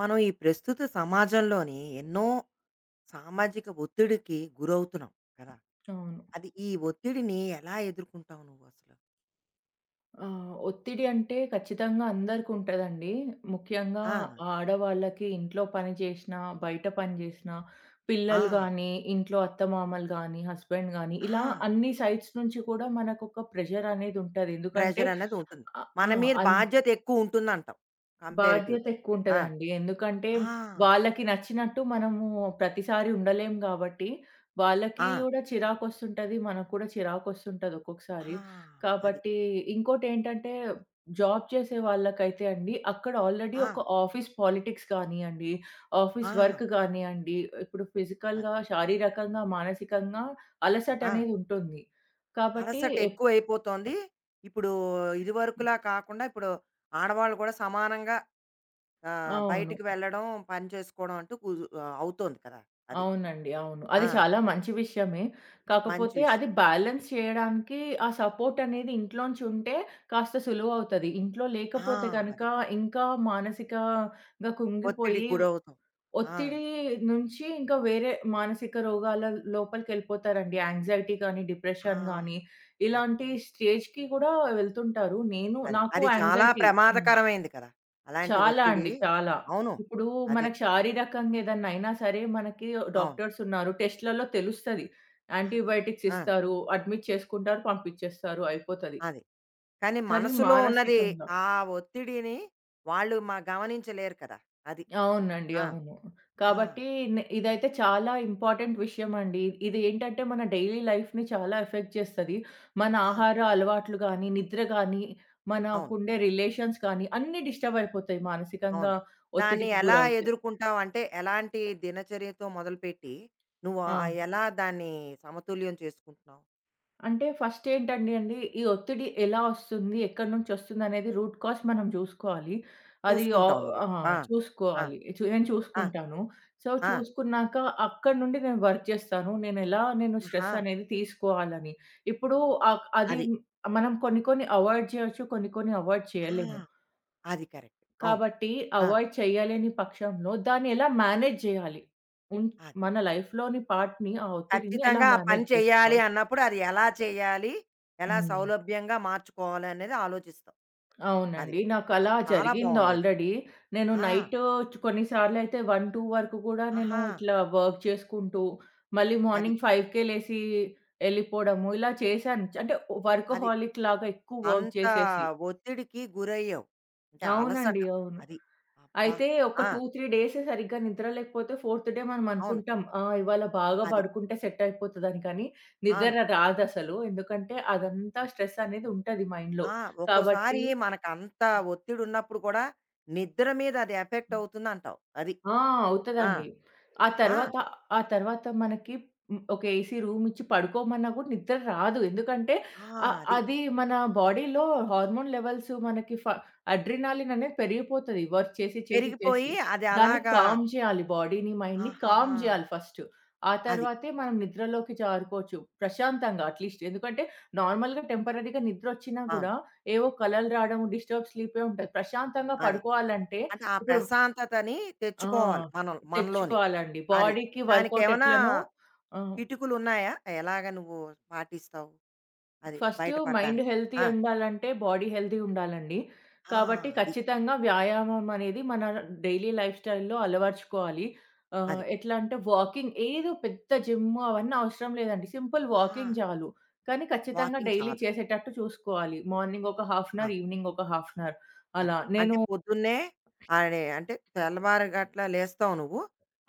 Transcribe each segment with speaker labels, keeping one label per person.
Speaker 1: మనం ఈ ప్రస్తుత సమాజంలోని ఎన్నో సామాజిక ఒత్తిడికి గురవుతున్నాం కదా?
Speaker 2: అవును.
Speaker 1: అది, ఈ ఒత్తిడిని ఎలా ఎదుర్కొంటావు నువ్వు అసలు?
Speaker 2: ఒత్తిడి అంటే ఖచ్చితంగా అందరికుంటదండి. ముఖ్యంగా
Speaker 1: ఆ
Speaker 2: ఆడవాళ్ళకి ఇంట్లో పని చేషినా, బయట పని చేషినా,
Speaker 1: ఆ
Speaker 2: పిల్లలు గానీ, ఇంట్లో అత్తమామలు గానీ, హస్బెండ్ గానీ,
Speaker 1: ఆ
Speaker 2: ఇలా అన్ని సైడ్స్ నుంచి కూడా మనకొక ప్రెషరనేదుంటది. ఎందుకంటే
Speaker 1: ప్రెషర్ అనేది ఉంటుంది.
Speaker 2: ఆహ్,
Speaker 1: మన
Speaker 2: ఆ!
Speaker 1: మీద
Speaker 2: అన్
Speaker 1: బాధ్యత ఎక్కువ ఉంటుంది అంటావు కంపారిటివ్.
Speaker 2: బాధ్యత
Speaker 1: ఆ
Speaker 2: ఎక్కువుంటదండి. ఎందుకంటే,
Speaker 1: ఆ
Speaker 2: వాళ్ళకి నచ్చినట్టు మనము ప్రతిసారి ఉండలేం గాబట్టి, వాళ్ళకి
Speaker 1: ఆ
Speaker 2: గూడా చిరాకొస్తుంటది. మనకు కూడా చిరాకొస్తుంటది ఒక్కొక్కసారి.
Speaker 1: ఆ, అది
Speaker 2: కాబట్టి ఇంకోటేంటంటే, జాబ్ చేసే వాళ్ళకైతే అండి, అక్కడ ఆల్రెడీ
Speaker 1: ఆ
Speaker 2: ఒక ఆఫీస్ పాలిటిక్స్ గానియండి,
Speaker 1: ఆ
Speaker 2: ఆఫీస్ వర్క్ గానియండి, ఇప్పుడు
Speaker 1: అది
Speaker 2: ఫిజికల్‌గా, శారీరకంగా, మానసికంగా
Speaker 1: ఆ
Speaker 2: అలసటనేది ఉంటుంది. కాబట్టి
Speaker 1: అలసట
Speaker 2: ఎప్
Speaker 1: ఎక్కువ అయిపోతోంది ఇప్పుడు. ఇదివరకులా కాకుండా ఇప్పుడు ఆడవాళ్ళు కూడా సమానంగా ఆ!
Speaker 2: అవును.
Speaker 1: బయటికి వెళ్ళడం, పని చేసుకోవడం అంటూ కుదు అవుతోంది కదా! అది.
Speaker 2: అవునండి. అవును.
Speaker 1: ఆ!
Speaker 2: అది చాలా మంచి విషయమే.
Speaker 1: మంచి
Speaker 2: కాకపోతే అది
Speaker 1: విషయం.
Speaker 2: బ్యాలెన్స్ చేయడానికి ఆ సపోర్ట్ అనేది ఇంట్లోంచి ఉంటే కాస్త సులువవుతది. ఇంట్లో
Speaker 1: ఆ!
Speaker 2: లేకపోతే గనక
Speaker 1: అది.
Speaker 2: ఇంకా మానసికంగా
Speaker 1: ఒత్తిడికి
Speaker 2: కుంగిపోయి
Speaker 1: గురవుతాం. ఆ!
Speaker 2: ఒత్తిడి నుంచి ఇంకా వేరే మానసిక రోగాల లోపలికెళ్ళిపోతారండి. యాంగ్జైటీ కానీ,
Speaker 1: ఆ!
Speaker 2: డిప్రెషన్ గానీ
Speaker 1: అది.
Speaker 2: ఇలాంటి స్టేజ్‌కి కూడా వెళ్తుంటారు. నేను
Speaker 1: అది.
Speaker 2: నాకు
Speaker 1: అది చాలా
Speaker 2: యాంగ్జైటీ.
Speaker 1: ప్రమాదకరమైంది కదా! అలాంటి
Speaker 2: చాలా
Speaker 1: ఒత్తిడి.
Speaker 2: అండి. చాలా.
Speaker 1: అవును.
Speaker 2: ఇప్పుడు
Speaker 1: అదే.
Speaker 2: మనకు శారీరకంగా ఏదన్నా అయినా సరే, మనకి
Speaker 1: అవును.
Speaker 2: డాక్టర్స్ ఉన్నారు. టెస్ట్‌లలో తెలుస్తది.
Speaker 1: అది.
Speaker 2: యాంటీబయోటిక్స్
Speaker 1: ఆ!
Speaker 2: ఇస్తారు. అడ్మిట్ చేసుకుంటారు. పంపించేస్తారు. అయిపోతది.
Speaker 1: అది. కానీ
Speaker 2: కానీ
Speaker 1: మనసులో ఉన్నది,
Speaker 2: మానసికంగా
Speaker 1: ఆ ఒత్తిడిని వాళ్ళు మ గమనించలేరు కదా! అది.
Speaker 2: అవునండి.
Speaker 1: ఆ!
Speaker 2: అవును.
Speaker 1: ఆ!
Speaker 2: కాబట్టి ఇదైతే చాలా ఇంపార్టెంట్ విషయం అండి. ఇది ఏంటంటే మన డైలీ లైఫ్‌ని చాలా ఎఫెక్ట్ చేస్తది. మన
Speaker 1: ఆ!
Speaker 2: ఆహార అలవాట్లు గానీ, నిద్ర గానీ,
Speaker 1: అవును.
Speaker 2: మనకుండే రిలేషన్స్ కానీ అన్నీ డిస్టర్బ్ అయిపోతాయి.
Speaker 1: అవును.
Speaker 2: మానసికంగా
Speaker 1: దాన్ని
Speaker 2: ఒత్తిడికి
Speaker 1: ఎలా
Speaker 2: గురవుతే.
Speaker 1: ఎదుర్కొంటావు? అంటే ఎలాంటి దినచర్యతో మొదలుపెట్టి నువ్వు
Speaker 2: ఆ!
Speaker 1: ఎలా దాన్ని సమతుల్యం చేసుకుంటున్నావు?
Speaker 2: అంటే ఫస్ట్ ఏంటండి అండి, ఈ ఒత్తిడి ఎలా ఒస్తుంది? ఎక్కడి నుంచొస్తుందనేది రూట్ కాజ్ మనం జూసుకోవాలి. అది
Speaker 1: చూసుకుంటావు నువ్వు.
Speaker 2: ఆ!
Speaker 1: ఆ! ఆ!
Speaker 2: చూసుకోవాలి. చు నేను
Speaker 1: ఆ!
Speaker 2: చూసుకుంటాను. సో,
Speaker 1: ఆ!
Speaker 2: చూసుకున్నాక అక్కడి నుండి నేను వర్క్ చేస్తాను. నేను
Speaker 1: ఆహా!
Speaker 2: స్ట్రెస్ అనేది తీసుకోవాలని. ఇప్పుడు అది
Speaker 1: అది.
Speaker 2: మనం కొన్ని కొన్ని అవాయిడ్ జేయొచ్చు. కొన్ని కొన్ని అవాయిడ్
Speaker 1: ఆ!
Speaker 2: చేయలేము.
Speaker 1: అది కరెక్ట్. అవును.
Speaker 2: కాబట్టి
Speaker 1: ఆ!
Speaker 2: అవాయిడ్ చేయలేని పక్షంలో దాన్ని ఎలా మేనేజ్ జేయాలి? ఉన్
Speaker 1: అది.
Speaker 2: మన లైఫ్‌లోని పార్ట్‌ని, ఆ ఒత్తిడిని ఎలా
Speaker 1: ఖచ్చితంగా ఆ పని
Speaker 2: మేనేజ్
Speaker 1: చేయాలి
Speaker 2: చేసుకోవాలి?
Speaker 1: అన్నప్పుడు అది ఎలా చేయాలి? ఎలా
Speaker 2: హ్మ్.
Speaker 1: సౌలభ్యంగా మార్చుకోవాలి అనేది ఆలోచిస్తావు. అది.
Speaker 2: అవునండి. నాకలా
Speaker 1: అది చాలా
Speaker 2: జరిగింది
Speaker 1: బావుందది.
Speaker 2: ఆల్రెడీ. నేను
Speaker 1: ఆ!
Speaker 2: నైటు చ్ కొన్నిసార్లయితే 1, 2 వరకు గూడా నేను
Speaker 1: ఆహా!
Speaker 2: ఇట్లా వర్క్ చేసుకుంటూ, మళ్ళీ
Speaker 1: అది.
Speaker 2: మార్నింగ్ 5కే లేసి ఎళ్ళిపోవడము, ఇలా చేశాను. అంటే
Speaker 1: అది.
Speaker 2: వర్కహాలిక్ లాగా ఎక్కువ వర్క్
Speaker 1: అంత
Speaker 2: చేసేసి.
Speaker 1: ఒత్తిడికి గురయ్యావు. అంటే అలసట.
Speaker 2: అవునండి. అవును.
Speaker 1: అది. అబ్బా!
Speaker 2: అయితే ఒక
Speaker 1: ఆ!
Speaker 2: 2, 3 డేస్ సరిగ్గా నిద్ర లేకపోతే ఫోర్త్ డే మనం
Speaker 1: అవును.
Speaker 2: అనుకుంటాం. ఆ! ఇవాళ బాగా
Speaker 1: అది.
Speaker 2: పడుకుంటే సెట్ అయిపోతదని. కానీ నిద్ర
Speaker 1: అవును.
Speaker 2: రాదసలు. ఎందుకంటే అదంతా స్ట్రెస్ అనేది ఉంటది మైండ్‌లో.
Speaker 1: ఆ!
Speaker 2: కాబట్టి
Speaker 1: ఒక్కోసారి మనకంత ఒత్తిడున్నప్పుడు కూడా నిద్ర మీద అది ఎఫెక్ట్ అవుతుందంటావు. అది.
Speaker 2: ఆ!
Speaker 1: ఆ!
Speaker 2: అవుతదండి. ఆ
Speaker 1: ఆ!
Speaker 2: తర్వాత ఆ తర్వాత మనకి హ్మ్, ఒక ఏసీ రూమ్ ఇచ్చి పడుకోమన్నా కూడా నిద్ర రాదు. ఎందుకంటే
Speaker 1: ఆ! అది.
Speaker 2: అది మన బాడీలో హార్మోన్ లెవెల్స్ మనకి ఫ అడ్రినాలిన్ అనేది పెరిగిపోతది. వర్క్ చేసి, చేసి,
Speaker 1: పెరిగిపోయి
Speaker 2: చేసి.
Speaker 1: అది
Speaker 2: దాన్ని
Speaker 1: అలాగా?
Speaker 2: కామ్ చేయాలి బాడీని, మైండ్‌ని కామ్
Speaker 1: ఆహాహా!
Speaker 2: చేయాలి ఫస్ట్. ఆ
Speaker 1: అది.
Speaker 2: తర్వాతే మనం నిద్రలోకి జారుకోవచ్చు ప్రశాంతంగా అట్‌లీస్ట్. ఎందుకంటే నార్మల్‌గా టెంపరరీగా నిద్రొచ్చినా
Speaker 1: అవును.
Speaker 2: కూడా ఏవో కలలు రావడం, డిస్టర్బ్ స్లీపే ఉంటది. ప్రశాంతంగా
Speaker 1: అది.
Speaker 2: పడుకోవాలంటే
Speaker 1: అంటే ఆ
Speaker 2: ఇప్పుడు
Speaker 1: ప్రశాంతతని
Speaker 2: ఆ!
Speaker 1: తెచ్చుకోవాలి మనం మనలోని.
Speaker 2: తెచ్చుకోవాలండి.
Speaker 1: అది.
Speaker 2: బాడీకి వర్కౌట్
Speaker 1: దానికేమైనా
Speaker 2: ఎట్లనో ఆహ్,
Speaker 1: కిటుకులున్నాయా? ఎలాగ నువ్వు పాటిస్తావు అది
Speaker 2: ఫస్ట్
Speaker 1: బయట
Speaker 2: మైండ్
Speaker 1: పడడానికి?
Speaker 2: హెల్తీ
Speaker 1: ఆ!
Speaker 2: ఉండాలంటే బాడీ హెల్తీ ఉండాలండి.
Speaker 1: ఆ!
Speaker 2: కాబట్టి
Speaker 1: అది.
Speaker 2: ఖచ్చితంగా వ్యాయామం అనేది మన డైలీ లైఫ్ స్టైల్‌లో అలవర్చుకోవాలి.
Speaker 1: అది.
Speaker 2: ఎట్లా అంటే వాకింగ్ ఏదో పెద్ద జిమ్ అవన్నీ అవసరం లేదండి. సింపుల్
Speaker 1: ఆ!
Speaker 2: వాకింగ్ చాలు. కానీ ఖచ్చితంగా
Speaker 1: వాకింగ్
Speaker 2: డైలీ
Speaker 1: చాలు.
Speaker 2: చేసేటట్టు చూసుకోవాలి. మార్నింగ్ ఒక half an
Speaker 1: ah!
Speaker 2: Hour, evening ఒక హాఫ్ అన్ అవర్
Speaker 1: అదే.
Speaker 2: అలా.
Speaker 1: అంటే పొద్దున్నే, అదే అంటే తెల్లవారు గట్ల లేస్తావు నువ్వు.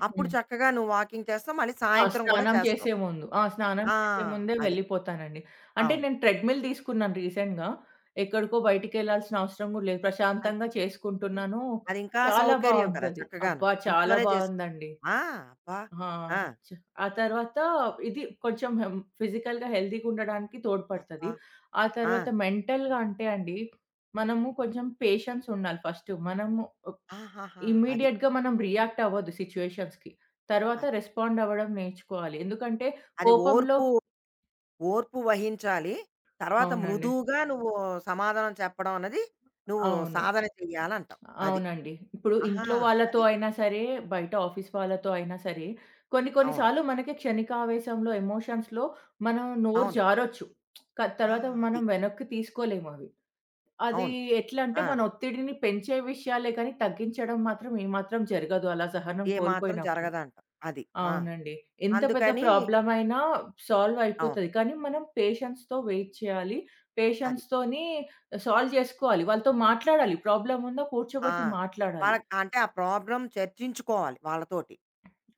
Speaker 1: అప్పుడు
Speaker 2: హ్మ్.
Speaker 1: చక్కగా నువ్వు వాకింగ్ చేస్తావు. మళ్ళీ
Speaker 2: ఆ!
Speaker 1: సాయంత్రం కూడా
Speaker 2: స్నానం
Speaker 1: చేస్తావు.
Speaker 2: చేసే ముందు. ఆ! స్నానం
Speaker 1: ఆ!
Speaker 2: చేసే ముందే
Speaker 1: అది.
Speaker 2: వెళ్ళిపోతానండి. అంటే
Speaker 1: అవును.
Speaker 2: నేను ట్రెడ్‌మిల్ తీసుకున్నాను రీసెంట్‌గా. ఎక్కడికో బయటికెళ్ళాల్సిన అవసరం గూడా లేదు.
Speaker 1: అది.
Speaker 2: ప్రశాంతంగా చేసుకుంటున్నాను.
Speaker 1: అదింకా
Speaker 2: చాలా
Speaker 1: సౌకర్యం కదా!
Speaker 2: బావుంటది.
Speaker 1: చక్కగాను.
Speaker 2: అబ్బా! చాలా
Speaker 1: ఇంట్లోనే చేసుకో.
Speaker 2: బావుందండి.
Speaker 1: ఆ! అబ్బా!
Speaker 2: ఆ!
Speaker 1: ఆ!
Speaker 2: చ ఆ తర్వాత ఇది కొంచెం హెం ఫిజికల్‌గా హెల్తీగా ఉండడానికి తోడ్పడతది.
Speaker 1: అబ్బా!
Speaker 2: ఆ
Speaker 1: ఆ!
Speaker 2: తర్వాత మెంటల్‌గా అంటే అండి, మనము కొంచెం పేషెన్స్ ఉండాలి ఫస్ట్. మనము
Speaker 1: ఆహాహా! అది.
Speaker 2: ఇమ్మీడియేట్‌గా మనం రియాక్ట్ అవ్వద్దు సిట్యుయేషన్స్‌కి. తర్వాత
Speaker 1: అది.
Speaker 2: రెస్పాండ్ అవ్వడం నేర్చుకోవాలి. ఎందుకంటే
Speaker 1: అది
Speaker 2: కోపంలో
Speaker 1: ఓర్పు, ఓర్పు వహించాలి. తర్వాత
Speaker 2: అవునండి.
Speaker 1: మృదువుగా నువ్వు సమాధానం చెప్పడం అన్నది నువ్వు
Speaker 2: అవును.
Speaker 1: సాధన చెయ్యాలంటావు. అది.
Speaker 2: అవునండి. ఇప్పుడు
Speaker 1: ఆహా!
Speaker 2: ఇంట్లో వాళ్ళతో
Speaker 1: అది.
Speaker 2: అయినా సరే, బయట ఆఫీస్ వాళ్ళతో అయినా సరే, కొన్ని కొన్ని
Speaker 1: అవును.
Speaker 2: సార్లు మనకి క్షణికావేశంలో ఎమోషన్స్‌లో మనం నోరు
Speaker 1: అవును.
Speaker 2: జారొచ్చు.
Speaker 1: ఆ!
Speaker 2: తర్వాత
Speaker 1: అది.
Speaker 2: మనం వెనక్కి తీసుకోలేము అవి. అది
Speaker 1: అవును.
Speaker 2: ఎట్లా అంటే
Speaker 1: ఆ!
Speaker 2: మన ఒత్తిడిని పెంచే విషయాలే కానీ తగ్గించడం మాత్రం ఏమాత్రం జరగదు అలా సహనం
Speaker 1: ఏ మాత్రం
Speaker 2: కోల్పోయినప్పుడు.
Speaker 1: జరగదంటావు. అది. ఆ!
Speaker 2: అవునండి. ఎంత పెద్ద
Speaker 1: అందుకని
Speaker 2: ప్రాబ్లమ్ అయినా సాల్వ్
Speaker 1: అవును.
Speaker 2: అయిపోతది. కానీ మనం పేషెన్స్‌తో వెయిట్ చేయాలి.
Speaker 1: అది.
Speaker 2: పేషెన్స్‌తోని సాల్వ్ చేసుకోవాలి. వాళ్ళతో మాట్లాడాలి. ప్రాబ్లమ్ ఉందా
Speaker 1: ఆ!
Speaker 2: కూర్చోబెట్టి మాట్లాడాలి.
Speaker 1: వాళ్ళకి అంటే ఆ ప్రాబ్లమ్ చర్చించుకోవాలి వాళ్ళతోటి.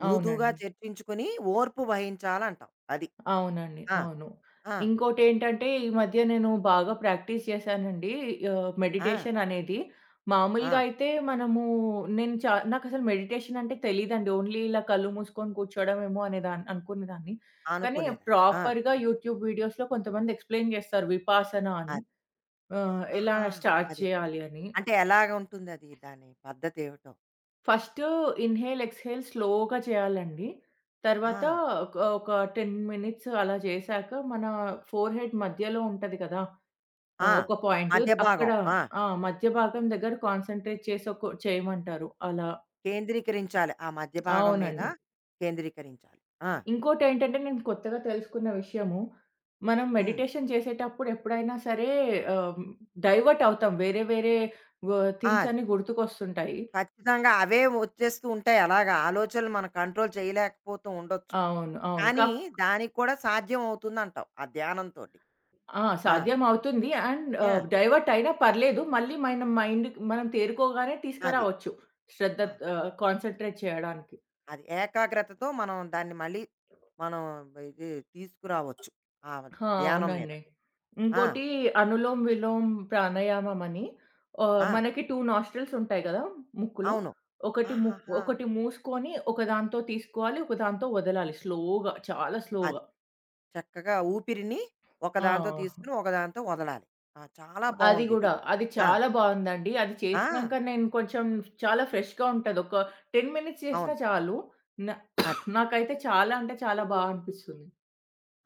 Speaker 1: మృదువుగా
Speaker 2: అవునండి.
Speaker 1: చర్చించుకుని ఓర్పు వహించాలంటావు. అది.
Speaker 2: అవునండి.
Speaker 1: ఆ!
Speaker 2: అవును.
Speaker 1: ఆ!
Speaker 2: ఇంకోటేంటంటే, ఈ మధ్య నేను బాగా ప్రాక్టీస్ చేశానండి.
Speaker 1: ఆ!
Speaker 2: మెడిటేషన్ అనేది.
Speaker 1: ఆ!
Speaker 2: మామూలుగా అయితే మనము నేను చా నాకసలు మెడిటేషన్ అంటే తెలీదండి. ఓన్లీ ఇలా కళ్ళు మూసుకొని కూర్చోవడమేమో అనేదాన్ని అనుకునేదాన్ని. కానీ
Speaker 1: అనుకునేదాన్ని. ఆ!
Speaker 2: ప్రాపర్‌గా యూట్యూబ్ వీడియోస్‌లో కొంతమంది ఎక్స్‌ప్లెయిన్ చేస్తారు విపాసన అని.
Speaker 1: అది.
Speaker 2: ఎలా
Speaker 1: ఆహా!
Speaker 2: స్టార్ట్
Speaker 1: అదే.
Speaker 2: చేయాలి అని.
Speaker 1: అంటే ఎలాగుంటుందది, దాని పద్ధతేమిటో?
Speaker 2: ఫస్ట్ ఇన్‌హేల్, ఎక్స్‌హేల్ స్లోగా చేయాలండి.
Speaker 1: ఆ!
Speaker 2: తర్వాత ఒక ఒక 10 మినిట్స్ అలా చేశాక మన ఫోర్‌హెడ్ మధ్యలో ఉంటది కదా!
Speaker 1: ఆ!
Speaker 2: ఒక పాయింట్.
Speaker 1: మధ్య
Speaker 2: అక్కడ
Speaker 1: భాగం. ఆ!
Speaker 2: ఆ! మధ్య భాగం దగ్గర కాన్సంట్రేట్ చేసి ఒక చేయమంటారు అలా.
Speaker 1: కేంద్రీకరించాలి. ఆ మధ్య భాగం మీద
Speaker 2: అవునండి.
Speaker 1: కేంద్రీకరించాలి. ఆ!
Speaker 2: ఇంకోటేంటంటే నేను కొత్తగా తెలుసుకున్న విషయము, మనం
Speaker 1: హ్మ్.
Speaker 2: మెడిటేషన్ చేసేటప్పుడు ఎప్పుడైనా సరే ఆహ్, డైవర్ట్ అవుతాం. వేరే వేరే వ
Speaker 1: ఆ!
Speaker 2: థింగ్స్
Speaker 1: అది.
Speaker 2: అన్ని గుర్తుకొస్తుంటాయి.
Speaker 1: ఖచ్చితంగా అవే వచ్చేస్తూ ఉంటాయి. అలాగా ఆలోచనలు మనం కంట్రోల్ చేయలేకపోతూ ఉండొచ్చు.
Speaker 2: అవును. అవును. కా
Speaker 1: కానీ దానికి కూడా సాధ్యం అవుతుందంటావు ఆ ధ్యానంతోటి.
Speaker 2: ఆ!
Speaker 1: ఆ!
Speaker 2: సాధ్యమవుతుంది. అండ్
Speaker 1: ఆ!
Speaker 2: డైవర్ట్ అయినా పర్లేదు. మళ్ళీ మనం తేరుకోగానే
Speaker 1: అది.
Speaker 2: తీసుకురావచ్చు. శ్రద్ధ
Speaker 1: ఆ!
Speaker 2: కాన్సంట్రేట్ చేయడానికి.
Speaker 1: అది ఏకాగ్రతతో మనం దాన్ని మళ్ళీ మనం ఇది తీసుకురావచ్చు ఆ
Speaker 2: ఆ!
Speaker 1: ధ్యానం
Speaker 2: అవునండి.
Speaker 1: మీదకి. ఆ!
Speaker 2: ఇంకోటి అనులోమ్, విలోమ్ ప్రాణాయామం అని
Speaker 1: ఆ!
Speaker 2: మనకి 2 నాస్ట్రిల్స్ ఉంటాయి కదా! ముక్కులో.
Speaker 1: అవును.
Speaker 2: ఒకటి ము
Speaker 1: ఆహాహా!
Speaker 2: ఒకటి మూసుకొని, ఒకదాంతో తీసుకోవాలి, ఒకదాంతో వదలాలి స్లోగా. చాలా
Speaker 1: అది.
Speaker 2: స్లోగా.
Speaker 1: చక్కగా ఊపిరిని
Speaker 2: ఆ!
Speaker 1: ఒకదాంతో తీసుకుని ఒకదాంతో వదలాలి. ఆ! చాలా
Speaker 2: అది గూడా.
Speaker 1: బావుందిది.
Speaker 2: అది
Speaker 1: ఆ!
Speaker 2: చాలా బావుందండి. అది చేసినాక
Speaker 1: ఆ!
Speaker 2: నేను చాలా ఫ్రెష్‌గా ఉంటది. ఒక 10 మినిట్స్
Speaker 1: అవును.
Speaker 2: చేసినా చాలు. న
Speaker 1: అది.
Speaker 2: నాకైతే చాలా బా అనిపిస్తుంది.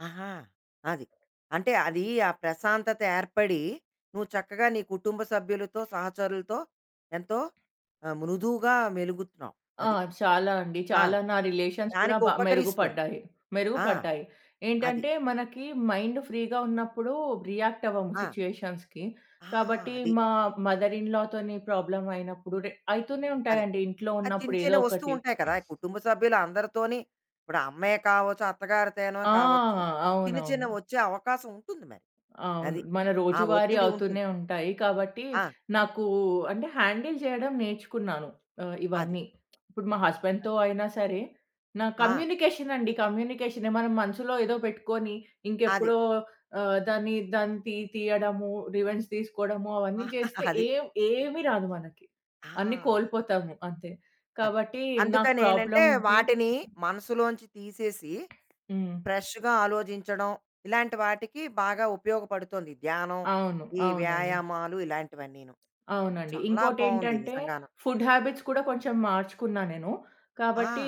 Speaker 1: ఆహా! అది. అంటే అది ఆ ప్రశాంతత ఏర్పడి, నువ్వు చక్కగా నీ కుటుంబ సభ్యులతో, సహచరులతో ఎంతో మృదువుగా మెలుగుతున్నావు.
Speaker 2: ఆ!
Speaker 1: అది.
Speaker 2: చాలా అండి.
Speaker 1: ఆ!
Speaker 2: చాలా నా రిలేషన్స్ కూడా
Speaker 1: దానికి
Speaker 2: బా
Speaker 1: ఉపకరిస్తుంది.
Speaker 2: మెరుగుపడ్డాయి.
Speaker 1: ఆ!
Speaker 2: మెరుగుపడ్డాయి.
Speaker 1: అది.
Speaker 2: ఏంటంటే మనకి మైండ్ ఫ్రీగా ఉన్నప్పుడు రియాక్ట్ అవ్వము
Speaker 1: ఆ!
Speaker 2: సిట్యుయేషన్స్‌కి.
Speaker 1: ఆ!
Speaker 2: కాబట్టి
Speaker 1: అది.
Speaker 2: మదర్ ఇన్ లాతోని ప్రాబ్లమ్ అయినప్పుడు అయితూనే
Speaker 1: అదే.
Speaker 2: ఉంటాయండి ఇంట్లో
Speaker 1: ఆ చిన్న
Speaker 2: ఉన్నప్పుడు
Speaker 1: చిన్న
Speaker 2: ఏదో
Speaker 1: వస్తూ
Speaker 2: ఒకటి.
Speaker 1: ఉంటాయి కదా! ఈ కుటుంబ సభ్యులు అందరితోని. ఇప్పుడు అమ్మే కావచ్చు, అత్తగారితేనో
Speaker 2: ఆ!
Speaker 1: కావచ్చు. చిన్న
Speaker 2: అవునవును.
Speaker 1: చిన్నవి వచ్చే అవకాశం ఉంటుంది మరి.
Speaker 2: అవును.
Speaker 1: అది.
Speaker 2: మన
Speaker 1: ఆ
Speaker 2: రోజువారీ
Speaker 1: ఒత్తిడి ఉంటుంది.
Speaker 2: అవుతూనే ఉంటాయి. కాబట్టి
Speaker 1: ఆ!
Speaker 2: నాకు అంటే హ్యాండిల్ చేయడం నేర్చుకున్నాను.
Speaker 1: అది.
Speaker 2: ఇవన్నీ. ఇప్పుడు మా
Speaker 1: ఆ!
Speaker 2: హస్బెండ్‌తో
Speaker 1: అది.
Speaker 2: అయినా సరే, నా
Speaker 1: ఆ!
Speaker 2: కమ్యూనికేషన్ అండి. కమ్యూనికేషనే మనం మనసులో ఏదో పెట్టుకొని
Speaker 1: అది.
Speaker 2: ఇంకెప్పుడో దాన్ని దాన్ని తీ తీయడము, రివెంజ్ తీసుకోవడము
Speaker 1: ఆ,
Speaker 2: అవన్నీ చేస్తే
Speaker 1: అది.
Speaker 2: ఏమి రాదు మనకి.
Speaker 1: ఆ!
Speaker 2: అన్నీ
Speaker 1: అది.
Speaker 2: కోల్పోతాము అంతే.
Speaker 1: అది.
Speaker 2: కాబట్టి నాకు
Speaker 1: అందుకనేంటంటే
Speaker 2: ప్రాబ్లమ్ ఉంటే
Speaker 1: వాటిని మనసులోంచి తీసేసి
Speaker 2: హ్మ్.
Speaker 1: ఫ్రెష్‌గా ఆలోచించడం ఇలాంటి వాటికి బాగా ఉపయోగపడుతోంది. ధ్యానం,
Speaker 2: అవును.
Speaker 1: ఈ
Speaker 2: అవునండి.
Speaker 1: వ్యాయామాలు ఇలాంటివన్నీను. అది
Speaker 2: అవునండి.
Speaker 1: చాలా బావుంది
Speaker 2: ఇంకోటేంటంటే
Speaker 1: నిజంగాను.
Speaker 2: ఫుడ్ హ్యాబిట్స్ కూడా కొంచెం మార్చుకున్నా నేను.
Speaker 1: ఆ!
Speaker 2: కాబట్టి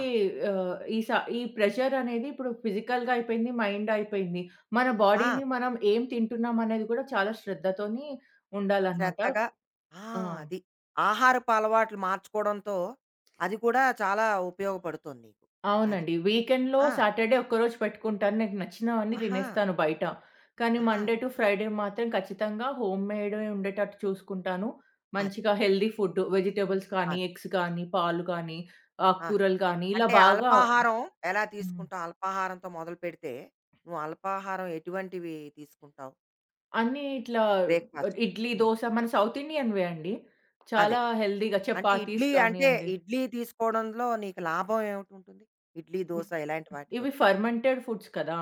Speaker 2: ఆహ్, ఈ స ఈ ప్రెషర్ అనేది ఇప్పుడు ఫిజికల్‌గా అయిపోయింది, మైండ్ అయిపోయింది. మన
Speaker 1: ఆ!
Speaker 2: బాడీని మనం ఏం తింటున్నాం అనేది కూడా చాలా శ్రద్ధతోని ఉండాలనమాట.
Speaker 1: శ్రద్ధగా. ఆ!
Speaker 2: ఆ!
Speaker 1: అది. ఆహారపు అలవాట్లు మార్చుకోవడంతో అది కూడా చాలా ఉపయోగపడుతోంది నీకు. అది.
Speaker 2: అవునండి. వీకెండ్‌లో
Speaker 1: ఆ!
Speaker 2: సాటర్‌డే ఒక్కరోజు పెట్టుకుంటాను. నాకు నచ్చినవన్నీ
Speaker 1: ఆహా!
Speaker 2: తినేస్తాను బయట. కానీ
Speaker 1: ఆహా!
Speaker 2: మండే టు ఫ్రైడే మాత్రం ఖచ్చితంగా హోమ్‌మేడే ఉండేటట్టు చూసుకుంటాను.
Speaker 1: అది.
Speaker 2: మంచిగా హెల్తీ ఫుడ్ వెజిటబుల్స్ కానీ,
Speaker 1: అది.
Speaker 2: ఎగ్స్ కానీ, పాలు కానీ,
Speaker 1: ఆహా!
Speaker 2: ఆకుకూరలు కానీ ఇలా
Speaker 1: అంటే
Speaker 2: బాగా
Speaker 1: అల్పాహారం ఎలా
Speaker 2: హ్మ్.
Speaker 1: తీసుకుంటావు? అల్పాహారంతో మొదలుపెడితే నువ్వు అల్పాహారం ఎటువంటివి తీసుకుంటావు?
Speaker 2: అన్నీ ఇట్లా
Speaker 1: బ్రేక్‌ఫాస్ట్.
Speaker 2: ఇడ్లీ,
Speaker 1: హ్మ్.
Speaker 2: దోస మన సౌత్ ఇండియన్‌వే అండి.
Speaker 1: అదే.
Speaker 2: చాలా హెల్తీగా
Speaker 1: అంటే
Speaker 2: చపాతీస్
Speaker 1: ఇడ్లీ అంటే
Speaker 2: కానియండి
Speaker 1: ఇడ్లీ తీసుకోవడంలో నీకు లాభం ఏమిటుంటుంది? ఇడ్లీ,
Speaker 2: హ్మ్.
Speaker 1: దోస ఇలాంటి
Speaker 2: ఇవి
Speaker 1: వాటితోటి.
Speaker 2: ఫర్మెంటెడ్ ఫుడ్స్ కదా!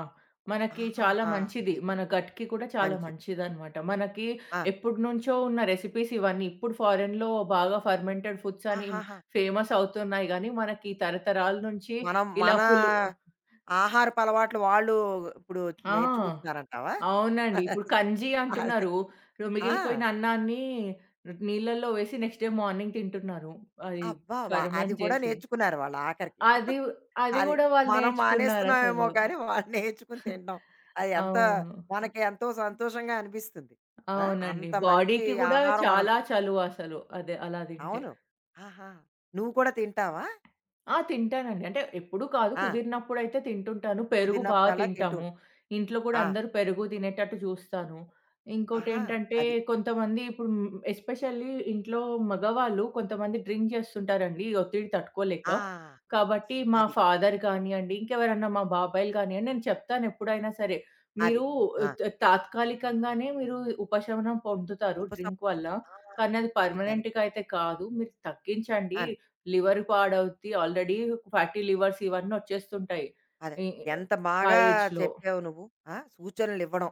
Speaker 2: మనకి చాలా
Speaker 1: ఆహాహా!
Speaker 2: మంచిది.
Speaker 1: అది.
Speaker 2: మన గట్‌కి కూడా చాలా
Speaker 1: మంచిది.
Speaker 2: మంచిదనమాట. మనకి
Speaker 1: ఆ!
Speaker 2: ఎప్పటినుంచో ఉన్న రెసిపీస్ ఇవన్నీ. ఇప్పుడు ఫారెన్‌లో బాగా ఫర్మెంటెడ్ ఫుడ్స్ అని
Speaker 1: ఆహాహా!
Speaker 2: ఫేమస్ అవుతున్నాయి గానీ, మనకి తరతరాల నుంచి
Speaker 1: మనం
Speaker 2: ఇలా
Speaker 1: మనా
Speaker 2: పులు
Speaker 1: ఆహారపు అలవాట్లు వాళ్ళు ఇప్పుడు
Speaker 2: ఆ!
Speaker 1: నేర్చుకుంటున్నారంటావా?
Speaker 2: అవునండి. ఇప్పుడు కంజీ
Speaker 1: అదే.
Speaker 2: అంటున్నారు.
Speaker 1: ఆ!
Speaker 2: మిగిలిపోయిన అన్నాన్ని నీళ్ళల్లో వేసి నెక్స్ట్ డే మార్నింగ్ తింటున్నారు. అది
Speaker 1: అబ్బా! వ అది
Speaker 2: ఫర్మెంట్
Speaker 1: కూడా
Speaker 2: చేసి.
Speaker 1: నేర్చుకున్నారు వాళ్ళు ఆఖరికి.
Speaker 2: అది అది
Speaker 1: అది,
Speaker 2: గూడా వాళ్ళు
Speaker 1: మనం మానేస్తున్నామేమో
Speaker 2: నేర్చుకున్నారసలు.
Speaker 1: కానీ వాళ్ళు నేర్చుకుని తినడం. అది ఎంత
Speaker 2: అవును.
Speaker 1: మనకి ఎంతో సంతోషంగా అనిపిస్తుంది. ఆ!
Speaker 2: అవునండి.
Speaker 1: అంత మంచి
Speaker 2: బాడీకి గూడా
Speaker 1: ఆహారం మనం.
Speaker 2: చాలా చలువ అసలు. అదే అలా తింటే.
Speaker 1: అవును. ఆహా! నువ్వు కూడా తింటావా?
Speaker 2: ఆ! తింటానండి. అంటే ఎప్పుడూ కాదు.
Speaker 1: ఆ!
Speaker 2: కుదిరినప్పుడైతే తింటుంటాను. పెరుగు బాగా
Speaker 1: కుదిరినప్పుడల్లా తింటూ
Speaker 2: తింటాము.
Speaker 1: ఉంటావు.
Speaker 2: ఇంట్లో కూడా
Speaker 1: ఆ!
Speaker 2: అందరూ పెరుగు తినేటట్టు చూస్తాను.
Speaker 1: ఆహా!
Speaker 2: ఇంకోటేంటంటే
Speaker 1: అది.
Speaker 2: కొంతమంది ఇప్పుడు హ్మ్, ఎస్పెషల్లీ ఇంట్లో మగవాళ్ళు కొంతమంది డ్రింక్ చేస్తుంటారండి. ఈ ఒత్తిడి తట్టుకోలేక.
Speaker 1: ఆ!
Speaker 2: కాబట్టి మా
Speaker 1: అది.
Speaker 2: ఫాదర్ కానియండి, ఇంకెవరన్నా మా బాబాయిలు కానియండి నేను చెప్తాను ఎప్పుడైనా సరే.
Speaker 1: అది.
Speaker 2: మీరు
Speaker 1: ఆ!
Speaker 2: త తాత్కాలికంగానే మీరు ఉపశమనం పొందుతారు
Speaker 1: ఉపసం.
Speaker 2: డ్రింక్ వల్ల.
Speaker 1: ఆ!
Speaker 2: కానీ అది
Speaker 1: అది కరెక్ట్.
Speaker 2: పర్మనెంట్‌గా అయితే కాదు. మీరు తగ్గించండి.
Speaker 1: ఆ!
Speaker 2: లివర్ పాడవుద్ది. ఆల్రెడీ ఫ్యాటీ లివర్స్ ఇవన్నీ వచ్చేస్తుంటాయి.
Speaker 1: అదే.
Speaker 2: ఈ
Speaker 1: ఎంత
Speaker 2: ఆ
Speaker 1: బాగా
Speaker 2: ఏజ్‌లో.
Speaker 1: చెప్పావు నువ్వు. ఆ! సూచనలివ్వడం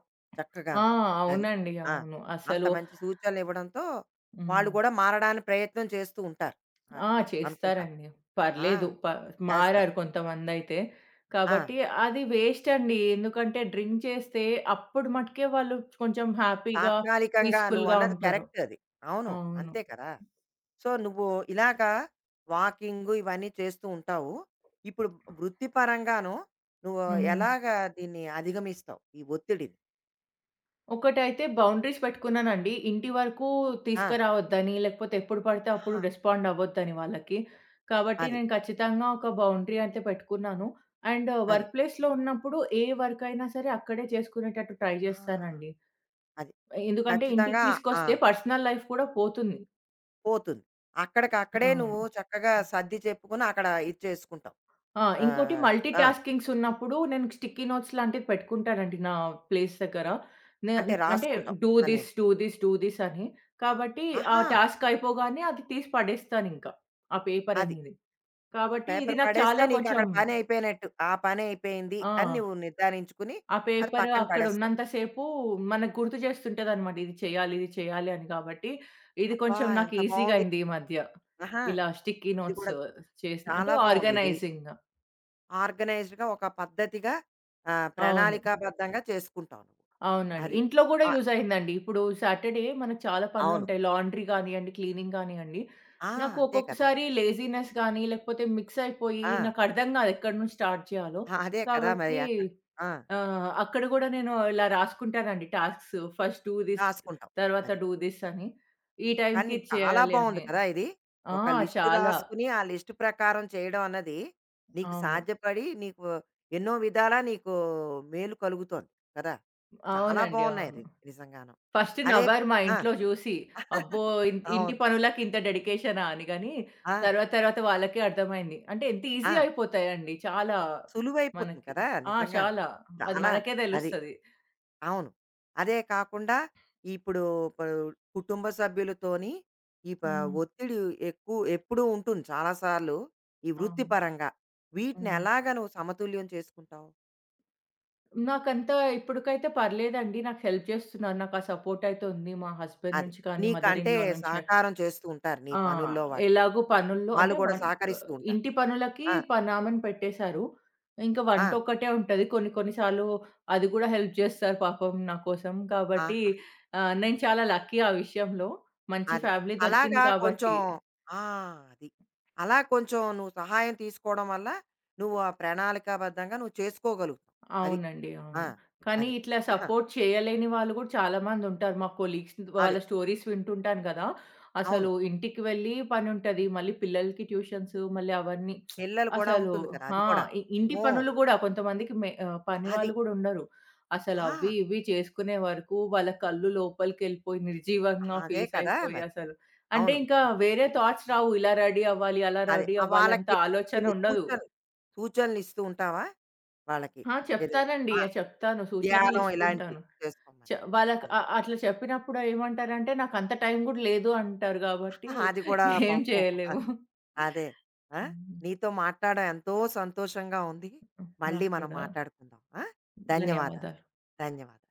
Speaker 2: ఆ!
Speaker 1: చక్కగాను. అది.
Speaker 2: అవునండి.
Speaker 1: ఆ!
Speaker 2: అవును.
Speaker 1: అంత
Speaker 2: అసలు
Speaker 1: మంచి సూచనలివ్వడంతో వాళ్ళు
Speaker 2: హ్మ్.
Speaker 1: కూడా మారడానికి ప్రయత్నం చేస్తూ ఉంటారు అ
Speaker 2: ఆ!
Speaker 1: అ అనుకుంటాను.
Speaker 2: చేస్తారండి.
Speaker 1: ఆ!
Speaker 2: పర్లేదు. ప
Speaker 1: చేస్తారు.
Speaker 2: మారారు కొంతమందైతే.
Speaker 1: ఆ!
Speaker 2: కాబట్టి అది వేస్ట్ అండి. ఎందుకంటే డ్రింక్ చేస్తే అప్పుడు మట్టుకే వాళ్ళు కొంచెం హ్యాపీగా,
Speaker 1: తాత్కాలికంగా
Speaker 2: పీస్‌ఫుల్‌గా
Speaker 1: నువ్వన్నది
Speaker 2: ఉంటారు.
Speaker 1: కరెక్ట్ అది. అవును.
Speaker 2: అవును.
Speaker 1: అంతే కదా! సో, నువ్వు ఇలాగా వాకింగు ఇవన్నీ చేస్తూ ఉంటావు. ఇప్పుడు వృత్తిపరంగాను నువ్వు
Speaker 2: హ్మ్.
Speaker 1: ఎలాగా దీన్ని అధిగమిస్తావు? ఈ ఒత్తిడిని?
Speaker 2: ఒకటైతే బౌండరీస్ పెట్టుకున్నానండి. ఇంటి వరకు
Speaker 1: ఆ!
Speaker 2: తీసుకురావద్దని, లేకపోతే ఎప్పుడు పడితే అప్పుడు
Speaker 1: ఆహా!
Speaker 2: రెస్పాండ్ అవ్వద్దని వాళ్ళకి. కాబట్టి
Speaker 1: అది.
Speaker 2: నేను ఖచ్చితంగా ఒక బౌండరీ అయితే పెట్టుకున్నాను. అండ్
Speaker 1: అది.
Speaker 2: వర్క్ ప్లేస్‌లో ఉన్నప్పుడు ఏ వర్క్ అయినా సరే అక్కడే చేసుకునేటట్టు ట్రై
Speaker 1: ఆ!
Speaker 2: చేస్తానండి.
Speaker 1: అది.
Speaker 2: ఎందుకంటే ఇంటికి
Speaker 1: ఖచ్చితంగా ఆ!
Speaker 2: తీసుకొస్తే పర్సనల్ లైఫ్ కూడా పోతుంది.
Speaker 1: పోతుంది. అక్కడికక్కడే
Speaker 2: అవును.
Speaker 1: నువ్వు చక్కగా సర్ది చెప్పుకొని అక్కడ ఇది చేసుకుంటావు.
Speaker 2: ఆ! ఇంకోటి
Speaker 1: ఆహ్,
Speaker 2: మల్టీ
Speaker 1: ఆ!
Speaker 2: టాస్కింగ్స్ ఉన్నప్పుడు నేను స్టిక్కీ నోట్స్ లాంటివి పెట్టుకుంటానండి నా ప్లేస్ దగ్గర. నే
Speaker 1: అంటే
Speaker 2: అంటే
Speaker 1: రాసుకుంటావు
Speaker 2: డూ థిస్,
Speaker 1: అనిను.
Speaker 2: డూ థిస్, డూ థిస్ అని. కాబట్టి ఆ
Speaker 1: ఆహా!
Speaker 2: టాస్క్ అయిపోగానే అది తీసి పడేస్తానింకా. ఆ పేపర్
Speaker 1: అది.
Speaker 2: అనేది. కాబట్టి ఇది
Speaker 1: పేపర్
Speaker 2: నాకు
Speaker 1: పడేస్తే
Speaker 2: చాలా కొంచెం
Speaker 1: నీకక్కడ పనయిపోయినట్టు. ఆ పనయిపోయింది
Speaker 2: ఆ!
Speaker 1: అని నువ్వు నిర్ధారించుకుని
Speaker 2: ఆ
Speaker 1: అది
Speaker 2: పేపర్
Speaker 1: పక్కన
Speaker 2: అక్కడ
Speaker 1: పడేస్తావు.
Speaker 2: ఉన్నంత సేపు మనకు గుర్తు చేస్తుంటదనమాట. ఇది చేయాలి, ఇది చేయాలి అని కాబట్టి ఇది
Speaker 1: అబ్బా!
Speaker 2: కొంచెం నాకు
Speaker 1: ఎంత
Speaker 2: ఈజీగా
Speaker 1: బావుంది.
Speaker 2: అయింది ఈ మధ్య.
Speaker 1: ఆహా!
Speaker 2: ఇలా స్టిక్కీ
Speaker 1: ఇది
Speaker 2: నోట్స్
Speaker 1: కూడా
Speaker 2: అంటే
Speaker 1: చాలా బావుందిది.
Speaker 2: ఆర్గనైజింగ్.
Speaker 1: ఆర్గనైజ్డ్‌గా ఒక పద్ధతిగా,
Speaker 2: అవును.
Speaker 1: ప్రణాళికాబద్ధంగా చేసుకుంటావు నువ్వు.
Speaker 2: అవునండి.
Speaker 1: అది.
Speaker 2: ఇంట్లో గూడా
Speaker 1: ఆ!
Speaker 2: యూజ్ అయిందండి. ఇప్పుడు సాటర్‌డే మనకు చాలా
Speaker 1: అవును.
Speaker 2: పనులుంటాయి. లాండ్రీ గానియండి, క్లీనింగ్ గానియండి.
Speaker 1: ఆ!
Speaker 2: నాకు
Speaker 1: అంతే కదా!
Speaker 2: ఒక్కొక్కసారి లేజీనెస్ గానీ, లేకపోతే మిక్స్ అయిపోయి
Speaker 1: ఆ!
Speaker 2: నాకర్థం గాదు ఎక్కడి నుంచి స్టార్ట్ చేయాలో.
Speaker 1: ఆ, అదే కదా! మరి
Speaker 2: కాబట్టి
Speaker 1: అక్కడ. ఆ!
Speaker 2: అక్కడ గూడా నేను ఇలా రాసుకుంటానండి టాస్క్స్. ఫస్ట్ డూ దిస్,
Speaker 1: రాసుకుంటాం.
Speaker 2: తర్వాత
Speaker 1: అది.
Speaker 2: డూ దిస్ అని. ఈ టైంకి
Speaker 1: కానీ
Speaker 2: ఇది
Speaker 1: చాలా
Speaker 2: చేయాలి
Speaker 1: బావుంది
Speaker 2: అని.
Speaker 1: కదా ఇది!
Speaker 2: ఆ!
Speaker 1: ఒక లిస్ట్
Speaker 2: చాలా.
Speaker 1: రాసుకుని, ఆ లిస్ట్ ప్రకారం చేయడం అన్నది నీకు
Speaker 2: అవును.
Speaker 1: సాధ్యపడి, నీకు ఎన్నో విధాలా నీకు మేలు కలుగుతోంది కదా! చాలా
Speaker 2: అవునండి.
Speaker 1: బావున్నాయి
Speaker 2: అవును.
Speaker 1: రి నిజంగాను.
Speaker 2: ఫస్ట్
Speaker 1: అదే.
Speaker 2: నవ్వారు మా
Speaker 1: ఆ!
Speaker 2: ఇంట్లో చూసి. అబ్బో! ఇంటి
Speaker 1: అవును.
Speaker 2: పనులకి ఇంత డెడికేషనా అని గాని,
Speaker 1: ఆ!
Speaker 2: తర్వాత తర్వాత వాళ్ళకే అర్థమైంది. అంటే ఎంత
Speaker 1: ఆ!
Speaker 2: ఈజీ అయిపోతాయండి చాలా
Speaker 1: సులువైపోతుంది
Speaker 2: మనకి.
Speaker 1: కదా
Speaker 2: ఆ!
Speaker 1: నిజంగాను!
Speaker 2: చాలా. అది
Speaker 1: చాలా.
Speaker 2: మనకే
Speaker 1: అది.
Speaker 2: తెలుస్తది.
Speaker 1: అవును. అదే కాకుండా ఇప్పుడు ప కుటుంబ సభ్యులతోని ఈ ప
Speaker 2: హ్మ్.
Speaker 1: ఒత్తిడి ఎక్కువ ఎప్పుడూ ఉంటుంది చాలా సార్లు ఈ
Speaker 2: అవును.
Speaker 1: వృత్తిపరంగా. వీటిని
Speaker 2: హ్మ్.
Speaker 1: ఎలాగా నువ్వు సమతుల్యం చేసుకుంటావు?
Speaker 2: నాకంత ఇప్పటికైతే పర్లేదండి. నాకు హెల్ప్ చేస్తున్నారు. నాకు ఆ సపోర్ట్ అయితే ఉంది. మా హస్బెండ్
Speaker 1: అది.
Speaker 2: నుంచి కానీ, మదర్
Speaker 1: నీకంటే
Speaker 2: ఇన్ లా నుంచి.
Speaker 1: సహకారం చేస్తూ ఉంటారు నీ
Speaker 2: ఆ!
Speaker 1: పనుల్లో వాటిలో.
Speaker 2: ఎలాగో పనుల్లో
Speaker 1: వాళ్ళు
Speaker 2: అంటే
Speaker 1: కూడా
Speaker 2: వం ఆహ్,
Speaker 1: సహకరిస్తూ ఉంటారు.
Speaker 2: ఇంటి పనులకి
Speaker 1: ఆ!
Speaker 2: పనామెను పెట్టేశారు. ఇంక
Speaker 1: ఆ!
Speaker 2: వంటొక్కటే ఉంటది. కొన్ని కొన్ని సార్లు అది గూడా హెల్ప్ జేస్తారు పాపం నా కోసం. కాబట్టి
Speaker 1: ఆహా!
Speaker 2: నేను చాలా లక్కీ ఆ విషయంలో. మంచి
Speaker 1: అది.
Speaker 2: ఫ్యామిలీ దొరికింది
Speaker 1: అలాగా కొంచెం
Speaker 2: కాబట్టి.
Speaker 1: ఆ! అది. అలా కొంచెం నువ్వు సహాయం తీసుకోవడం వల్ల, నువ్వు ఆ ప్రణాళికాబద్ధంగా నువ్వు చేసుకోగలుగుతావు. అది.
Speaker 2: అవునండి.
Speaker 1: ఆ!
Speaker 2: అవును. కానీ
Speaker 1: అదే.
Speaker 2: ఇట్లా
Speaker 1: ఆహా!
Speaker 2: సపోర్ట్ చేయలేని వాళ్ళు గూడా చాలామందుంటారు. మా కొలీగ్స్
Speaker 1: అదే.
Speaker 2: వాళ్ళ స్టోరీస్ వింటుంటాను గదా!
Speaker 1: అవును.
Speaker 2: అసలు ఇంటికి వెళ్ళి పనుంటది. మళ్ళీ పిల్లలకి ట్యూషన్స్ మళ్ళీ అవన్నీ
Speaker 1: పిల్లలు కూడా
Speaker 2: అసలు
Speaker 1: ఉంటుంది కదా! అది
Speaker 2: ఆ!
Speaker 1: కూడా.
Speaker 2: ఇంటి
Speaker 1: అమ్మో!
Speaker 2: పనులు గూడా కొంతమందికి పని
Speaker 1: అది.
Speaker 2: వాళ్ళు గూడా ఉండరు. అసలు
Speaker 1: ఆ!
Speaker 2: అవి ఇవి చేసుకునే వరకు వాళ్ళ కళ్ళు లోపలికెళ్ళిపోయి నిర్జీవంగా
Speaker 1: అదే
Speaker 2: ఫేస్
Speaker 1: కదా
Speaker 2: అయిపోయి
Speaker 1: మరి!
Speaker 2: అసలు అంటే
Speaker 1: అవును.
Speaker 2: ఇంకా వేరే థాట్స్ రావు. ఇలా రెడీ అవ్వాలి, అలా
Speaker 1: అదే.
Speaker 2: రెడీ అవ్వాలి అంత
Speaker 1: వాళ్ళకి
Speaker 2: ఆలోచన
Speaker 1: కొన్ని
Speaker 2: ఉండదు.
Speaker 1: సూచనలు, సూచనలిస్తూ ఉంటావా వాళ్ళకి?
Speaker 2: ఆ!
Speaker 1: ఏదైనా?
Speaker 2: చెప్తానండి.
Speaker 1: ఆ!
Speaker 2: ఆ, చెప్తాను.
Speaker 1: ధ్యానం ఇలాంటివి
Speaker 2: సూచనలిస్తుంటాను. చె
Speaker 1: చేసుకోమని.
Speaker 2: వాళ్ళకి
Speaker 1: అది.
Speaker 2: అ అట్లా చెప్పినప్పుడు ఏమంటారంటే, "నాకంత టైం గూడా లేదు" అంటారు గాబట్టి
Speaker 1: ఆహా, అది కూడా
Speaker 2: ఏం
Speaker 1: పాపం.
Speaker 2: చేయలేము.
Speaker 1: అది. అదే. ఆ!
Speaker 2: హ్మ్.
Speaker 1: నీతో మాట్లాడడం ఎంతో సంతోషంగా ఉంది. మళ్ళీ
Speaker 2: నాకు
Speaker 1: మనం
Speaker 2: కూడా.
Speaker 1: మాట్లాడుకుందాం. ఆ! ధన్యవాదాలు.
Speaker 2: ధన్యవాదాలు.
Speaker 1: ధన్యవాదాలు.